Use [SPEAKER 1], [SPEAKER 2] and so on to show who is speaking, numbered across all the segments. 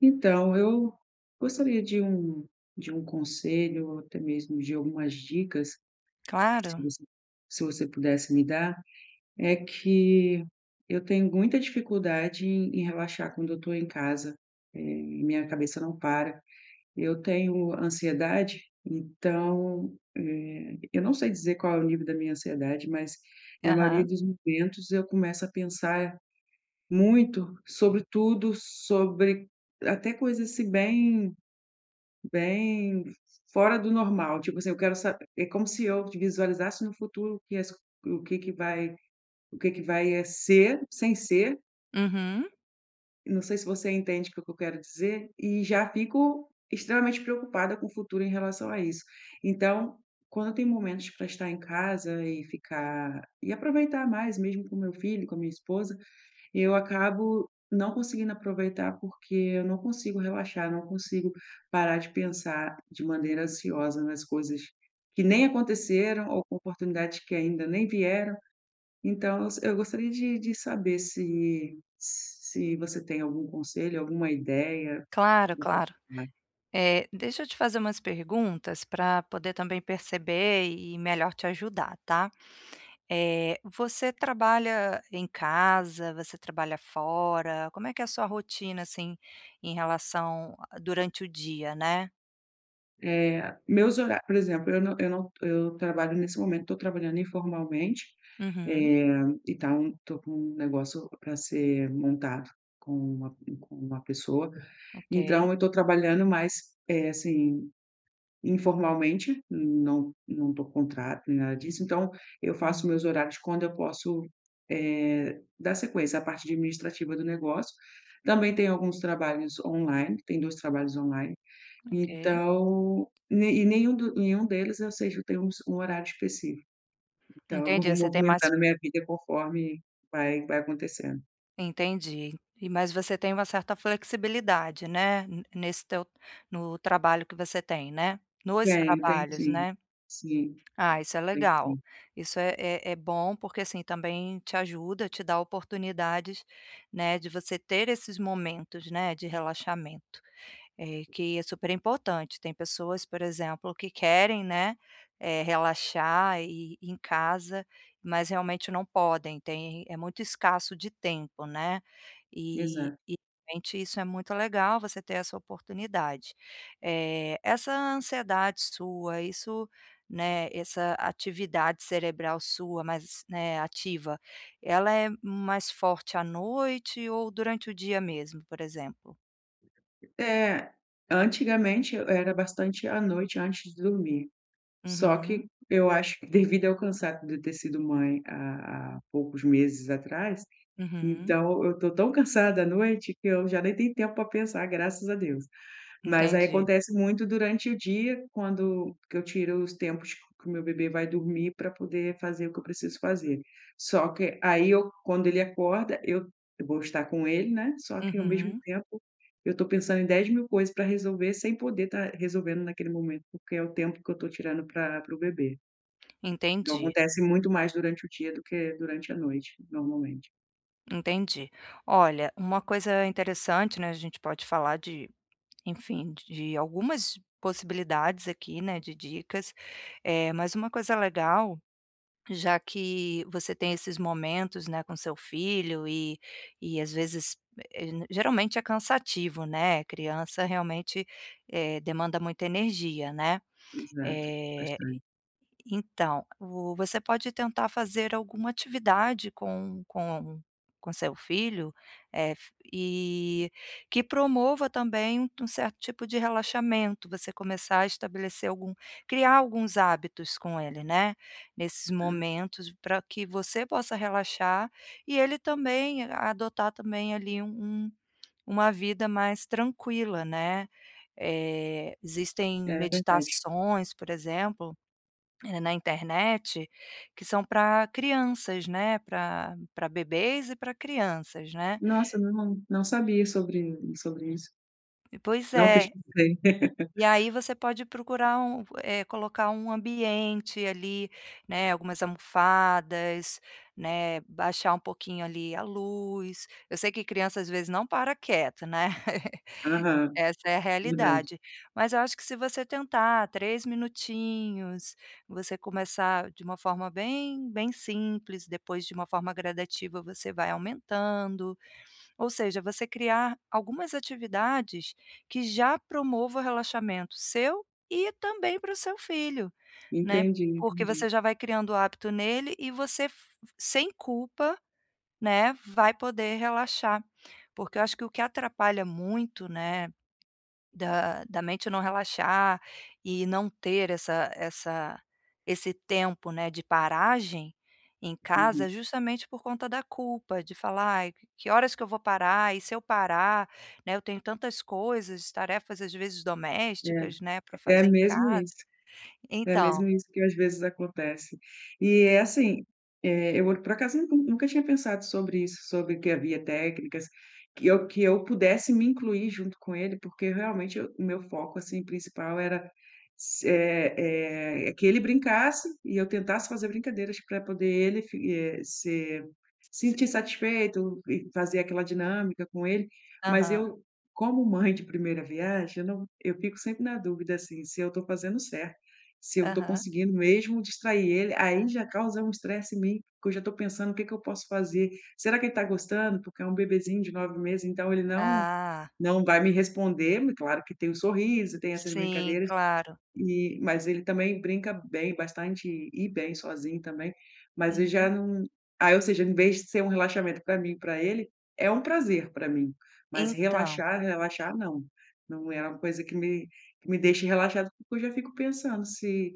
[SPEAKER 1] Então, eu gostaria de um conselho, ou até mesmo de algumas dicas, se
[SPEAKER 2] Claro.
[SPEAKER 1] você pudesse me dar. É que eu tenho muita dificuldade em relaxar quando eu estou em casa. Minha cabeça não para. Eu tenho ansiedade, então, eu não sei dizer qual é o nível da minha ansiedade, mas na
[SPEAKER 2] Aham.
[SPEAKER 1] maioria dos momentos eu começo a pensar muito sobre tudo, sobre até coisas assim bem fora do normal. Tipo assim, eu quero sa é como se eu visualizasse no futuro que as o que que vai o que que vai, ser, sem ser,
[SPEAKER 2] Uhum.
[SPEAKER 1] não sei se você entende o que que eu quero dizer, e já fico extremamente preocupada com o futuro em relação a isso. Então, quando tem momentos pra estar em casa e ficar e aproveitar mais mesmo com meu filho, com a minha esposa, e eu acabo não conseguindo aproveitar, porque eu não consigo relaxar, não consigo parar de pensar de maneira ansiosa nas coisas que nem aconteceram ou com oportunidades que ainda nem vieram. Então, eu gostaria de saber se você tem algum conselho, alguma ideia?
[SPEAKER 2] Claro. Deixa eu te fazer umas perguntas para poder também perceber e melhor te ajudar, tá. Você trabalha em casa? Você trabalha fora? Como é que é a sua rotina, assim, em relação a- durante o dia, né?
[SPEAKER 1] Eh, meus horários, por exemplo, eu não eu não eu trabalho nesse momento, estou trabalhando informalmente,
[SPEAKER 2] Uhum.
[SPEAKER 1] eh, estou com um negócio para ser montado com uma pessoa,
[SPEAKER 2] Ok.
[SPEAKER 1] então eu estou trabalhando mais, assim, informalmente, não tô contrato nem nada disso, então eu faço
[SPEAKER 2] Uhum.
[SPEAKER 1] meus horários quando eu posso, dar sequência à parte administrativa do negócio. Também tem alguns trabalhos online, tem 2 trabalhos online,
[SPEAKER 2] Ok.
[SPEAKER 1] então, ne e nenhum deles eu sei que eu tenho um s um horário específico, então eu
[SPEAKER 2] Entendi,
[SPEAKER 1] vou
[SPEAKER 2] você tem mais
[SPEAKER 1] movimentando a minha vida conforme vai acontecendo.
[SPEAKER 2] Entendi. E mas você tem uma certa flexibilidade, né, n nesse teu no trabalho que você tem, né? Nos
[SPEAKER 1] Tem, tem,
[SPEAKER 2] trabalhos,
[SPEAKER 1] sim.
[SPEAKER 2] né?
[SPEAKER 1] Sim,
[SPEAKER 2] Ah, isso é
[SPEAKER 1] tem,
[SPEAKER 2] legal.
[SPEAKER 1] sim.
[SPEAKER 2] Isso é bom, porque, assim, também te ajuda, te dá oportunidades, né, de você ter esses momentos, né, de relaxamento. É, que é super importante. Tem pessoas, por exemplo, que querem, né, relaxar e em casa, mas realmente não podem, tem é muito escasso de tempo, né, e
[SPEAKER 1] Exato.
[SPEAKER 2] realmente isso é muito legal você ter essa oportunidade. Essa ansiedade sua, isso, né, essa atividade cerebral sua mais, né, ativa, ela é mais forte à noite ou durante o dia mesmo, por exemplo?
[SPEAKER 1] É, antigamente eu era bastante à noite antes de dormir, só
[SPEAKER 2] Uhum,
[SPEAKER 1] que eu acho que devido ao cansaço de ter sido mãe há poucos meses atrás,
[SPEAKER 2] uhum.
[SPEAKER 1] então eu tô tão cansada à noite que eu já nem tenho tempo para pensar, graças a Deus. Mas aí
[SPEAKER 2] Entendi.
[SPEAKER 1] acontece muito durante o dia, quando que eu tiro os tempos que o meu bebê vai dormir para poder fazer o que eu preciso fazer. Só que aí eu quando ele acorda, eu vou estar com ele, né, só que ao mesmo
[SPEAKER 2] Uhum.
[SPEAKER 1] tempo eu estou pensando em 10 mil coisas para resolver sem poder estar resolvendo naquele momento, porque é o tempo que eu estou tirando pra para o bebê. Então
[SPEAKER 2] Entendi,
[SPEAKER 1] acontece muito mais durante o dia do que durante a noite, normalmente.
[SPEAKER 2] entendi. Olha, uma coisa interessante, né, a gente pode falar de, enfim, de algumas possibilidades aqui, né, de dicas, mas uma coisa legal, já que você tem esses momentos, né, com seu filho e às vezes, geralmente é cansativo, né, criança realmente, demanda muita energia, né.
[SPEAKER 1] Exato,
[SPEAKER 2] Eh
[SPEAKER 1] bastante.
[SPEAKER 2] Então, o você pode tentar fazer alguma atividade com seu filho, eh, f e que promova também um um certo tipo de relaxamento, você começar a estabelecer algum criar alguns hábitos com ele, né, nesses momentos para que você possa relaxar e ele também adotar também ali um, uma vida mais tranquila, né. Existem
[SPEAKER 1] É, é verdade.
[SPEAKER 2] meditações, por exemplo na internet, que são para crianças, né, para bebês e para crianças, né.
[SPEAKER 1] Nossa, não sabia sobre isso.
[SPEAKER 2] Pois
[SPEAKER 1] Não
[SPEAKER 2] é.
[SPEAKER 1] pesquisei.
[SPEAKER 2] E aí você pode procurar um colocar um ambiente ali, né, algumas almofadas, né, baixar um pouquinho ali a luz. Eu sei que criança às vezes não para quieto, né.
[SPEAKER 1] Aham,
[SPEAKER 2] Essa é a
[SPEAKER 1] verdade.
[SPEAKER 2] realidade. Mas eu acho que se você tentar 3 minutinhos, você começar de uma forma bem simples, depois de uma forma gradativa você vai aumentando, ou seja, você criar algumas atividades que já promovam o relaxamento seu e também para o seu filho, né,
[SPEAKER 1] Entendi,
[SPEAKER 2] porque
[SPEAKER 1] entendi.
[SPEAKER 2] você já vai criando o hábito nele e você f sem culpa, né, vai poder relaxar. Porque eu acho que o que atrapalha muito, né da mente não relaxar e não ter essa esse tempo, né, de paragem em casa,
[SPEAKER 1] Uhum.
[SPEAKER 2] justamente por conta da culpa, de falar: "Ai, que horas que eu vou parar? E se eu parar, né, eu tenho tantas coisas, tarefas às vezes domésticas, né, para
[SPEAKER 1] É, é
[SPEAKER 2] fazer em
[SPEAKER 1] mesmo
[SPEAKER 2] casa".
[SPEAKER 1] isso. É
[SPEAKER 2] Então
[SPEAKER 1] mesmo isso que às vezes acontece. E é assim, eu por acaso nunca tinha pensado sobre isso, sobre que havia técnicas, que eu pudesse me incluir junto com ele, porque realmente o meu foco, assim, principal era se eh eh, que ele brincasse e eu tentasse fazer brincadeiras para poder se
[SPEAKER 2] se
[SPEAKER 1] sentir satisfeito e fazer aquela dinâmica com ele. Mas
[SPEAKER 2] aham,
[SPEAKER 1] eu, como mãe de primeira viagem, eu não eu fico sempre na dúvida, assim, se eu estou fazendo certo. Se eu estou
[SPEAKER 2] aham.
[SPEAKER 1] conseguindo mesmo distrair ele, aí já causa um estresse em mim, porque eu já estou pensando o que que eu posso fazer. Será que ele está gostando? Porque é um bebezinho de 9 meses, então ele não
[SPEAKER 2] Ah,
[SPEAKER 1] não vai me responder, mas claro que tem o sorriso, tem essas
[SPEAKER 2] sim,
[SPEAKER 1] brincadeiras.
[SPEAKER 2] claro.
[SPEAKER 1] E mas ele também brinca bem bastante e bem sozinho também, mas eu
[SPEAKER 2] Uhum.
[SPEAKER 1] já não aí, ou seja, em vez de ser um relaxamento para mim, para ele, é um prazer para mim, mas
[SPEAKER 2] Então,
[SPEAKER 1] relaxar, relaxar não, não é uma coisa que me deixe relaxado, porque eu já fico pensando se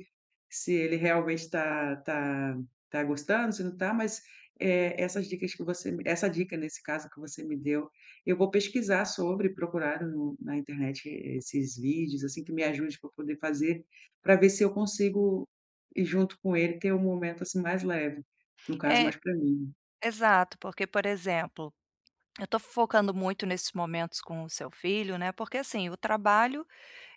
[SPEAKER 1] se ele realmente está tá gostando, se não está, mas, essas dicas que essa dica, nesse caso, que você me deu, eu vou pesquisar sobre, procurar no na internet esses vídeos, assim, que me ajude para poder fazer, para ver se eu consigo ir junto com ele, ter um momento, assim, mais leve, no caso,
[SPEAKER 2] é,
[SPEAKER 1] mais para mim.
[SPEAKER 2] exato, porque, por exemplo eu tô focando muito nesses momentos com o seu filho, né, porque assim, o trabalho,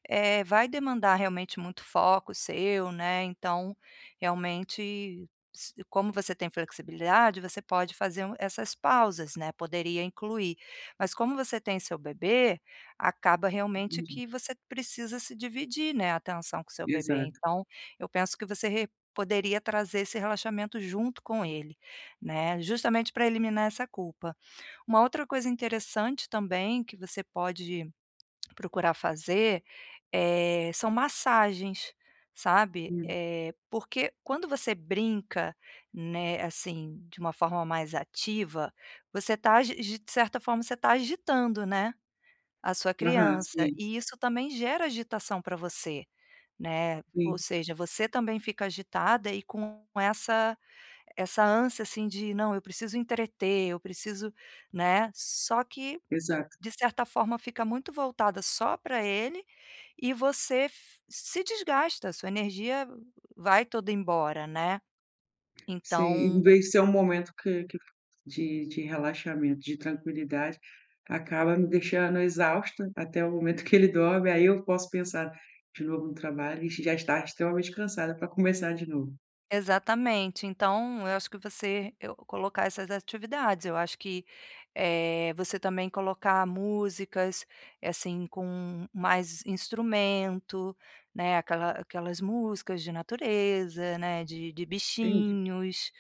[SPEAKER 2] vai demandar realmente muito foco seu, né, então, realmente, s como você tem flexibilidade, você pode fazer um essas pausas, né, poderia incluir. Mas como você tem seu bebê, acaba realmente
[SPEAKER 1] Entendi.
[SPEAKER 2] que você precisa se dividir, né, a atenção com seu bebê.
[SPEAKER 1] Exato.
[SPEAKER 2] Então, eu penso que você re poderia trazer esse relaxamento junto com ele, né, justamente para eliminar essa culpa. Uma outra coisa interessante também que você pode procurar fazer, são massagens, sabe.
[SPEAKER 1] Hum.
[SPEAKER 2] Porque quando você brinca, né, assim, de uma forma mais ativa, você tá agi de certa forma você tá agitando, né, a sua
[SPEAKER 1] Aham,
[SPEAKER 2] criança,
[SPEAKER 1] sim,
[SPEAKER 2] e isso também gera agitação para você, né.
[SPEAKER 1] sim,
[SPEAKER 2] Ou seja, você também fica agitada e com essa ânsia, assim, de: "Não, eu preciso entreter, eu preciso", né. Só que
[SPEAKER 1] exato.
[SPEAKER 2] de certa forma, fica muito voltada só para ele e você f se desgasta, sua energia vai toda embora, né.
[SPEAKER 1] Sim, em
[SPEAKER 2] Então
[SPEAKER 1] vez de ser um momento que de relaxamento, de tranquilidade, acaba me deixando exausta até o momento que ele dorme, aí eu posso pensar de novo no trabalho e já estar extremamente cansada para começar de novo.
[SPEAKER 2] Exatamente. Então, eu acho que você eu colocar essas atividades, eu acho que, você também colocar músicas, assim, com mais instrumento, né, aquela aquelas músicas de natureza, né, de
[SPEAKER 1] Entendi.
[SPEAKER 2] bichinhos,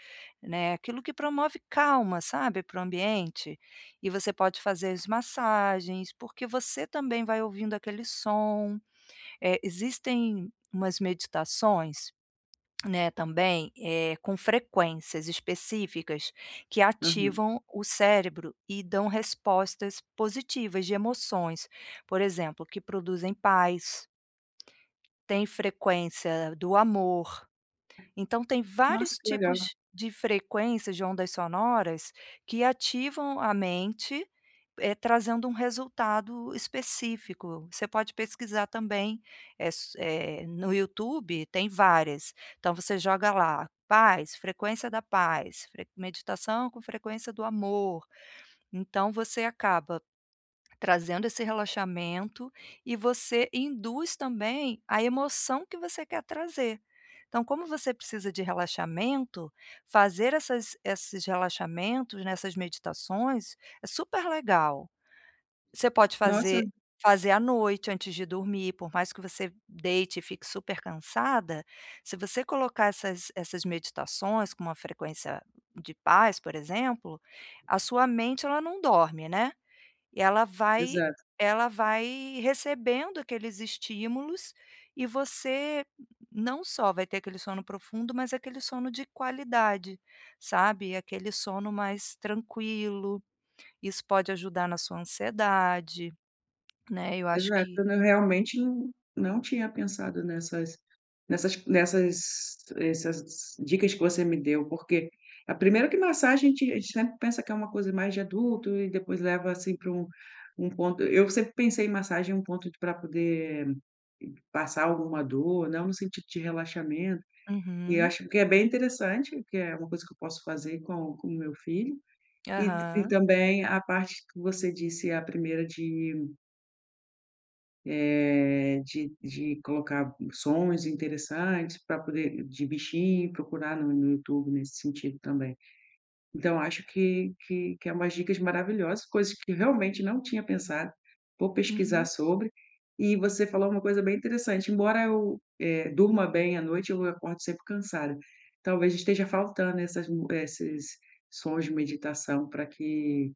[SPEAKER 2] né, aquilo que promove calma, sabe, para o ambiente. E você pode fazer as massagens, porque você também vai ouvindo aquele som. Existem umas meditações né, também, com frequências específicas que
[SPEAKER 1] Aham.
[SPEAKER 2] ativam o cérebro e dão respostas positivas de emoções, por exemplo, que produzem paz, tem frequência do amor, então tem
[SPEAKER 1] Nossa,
[SPEAKER 2] vários
[SPEAKER 1] que legal.
[SPEAKER 2] tipos de frequências de ondas sonoras que ativam a mente, trazendo um resultado específico. Você pode pesquisar também, no YouTube tem várias. Então você joga lá: paz, frequência da paz, fre meditação com frequência do amor. Então você acaba Trazendo esse relaxamento e você induz também a emoção que você quer trazer. Então, como você precisa de relaxamento, fazer essas esses relaxamentos, nessas meditações, é super legal. Você pode
[SPEAKER 1] Nossa,
[SPEAKER 2] fazer à noite antes de dormir, por mais que você deite e fique super cansada, se você colocar essas meditações com uma frequência de paz, por exemplo, a sua mente ela não dorme, né? E ela vai
[SPEAKER 1] exato,
[SPEAKER 2] Ela vai recebendo aqueles estímulos e você não só vai ter aquele sono profundo, mas aquele sono de qualidade, sabe, aquele sono mais tranquilo. Isso pode ajudar na sua ansiedade, né, eu acho
[SPEAKER 1] exato.
[SPEAKER 2] que
[SPEAKER 1] Eu realmente não tinha pensado nessas nessas nessas essas dicas que você me deu, porque a primeira que massagem a gente sempre pensa que é uma coisa mais de adulto e depois leva, assim, para um ponto. Eu sempre pensei em massagem, um ponto para poder passar alguma dor, não no sentido de relaxamento, e eu
[SPEAKER 2] Uhum.
[SPEAKER 1] acho que é bem interessante, que é uma coisa que eu posso fazer com o meu filho. E
[SPEAKER 2] Aham.
[SPEAKER 1] também a parte que você disse, a primeira de, de colocar sons interessantes para poder, de bichinho, procurar no YouTube nesse sentido também. Então acho que é umas dicas maravilhosas, coisas que eu realmente não tinha pensado, vou pesquisar
[SPEAKER 2] Uhum.
[SPEAKER 1] sobre. E você falou uma coisa bem interessante, embora eu, durma bem à noite, eu acordo sempre cansada. Talvez esteja faltando essas mu esses sons de meditação para que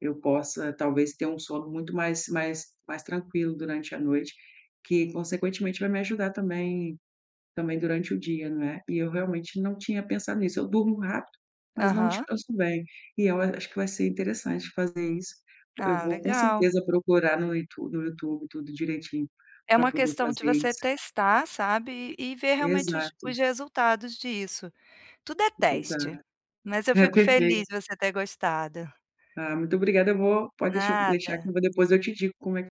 [SPEAKER 1] eu possa talvez ter um sono muito mais tranquilo durante a noite, que consequentemente vai me ajudar também durante o dia, não é? E eu realmente não tinha pensado nisso, eu durmo rápido, mas não
[SPEAKER 2] Aham.
[SPEAKER 1] descanso bem. E eu acho que vai ser interessante fazer isso. Eu
[SPEAKER 2] Ah,
[SPEAKER 1] vou com
[SPEAKER 2] legal.
[SPEAKER 1] certeza procurar no YouTube tudo direitinho,
[SPEAKER 2] É
[SPEAKER 1] para
[SPEAKER 2] uma
[SPEAKER 1] poder
[SPEAKER 2] questão de
[SPEAKER 1] fazer
[SPEAKER 2] você
[SPEAKER 1] isso.
[SPEAKER 2] testar, sabe, e ver realmente os
[SPEAKER 1] Exato,
[SPEAKER 2] os resultados disso. Tudo é
[SPEAKER 1] exato.
[SPEAKER 2] teste, mas eu
[SPEAKER 1] É
[SPEAKER 2] fico feliz
[SPEAKER 1] perfeito.
[SPEAKER 2] de você ter gostado.
[SPEAKER 1] Ah, muito obrigada. Eu vou Pode deixar que eu
[SPEAKER 2] Nada.
[SPEAKER 1] vou depois eu te digo como é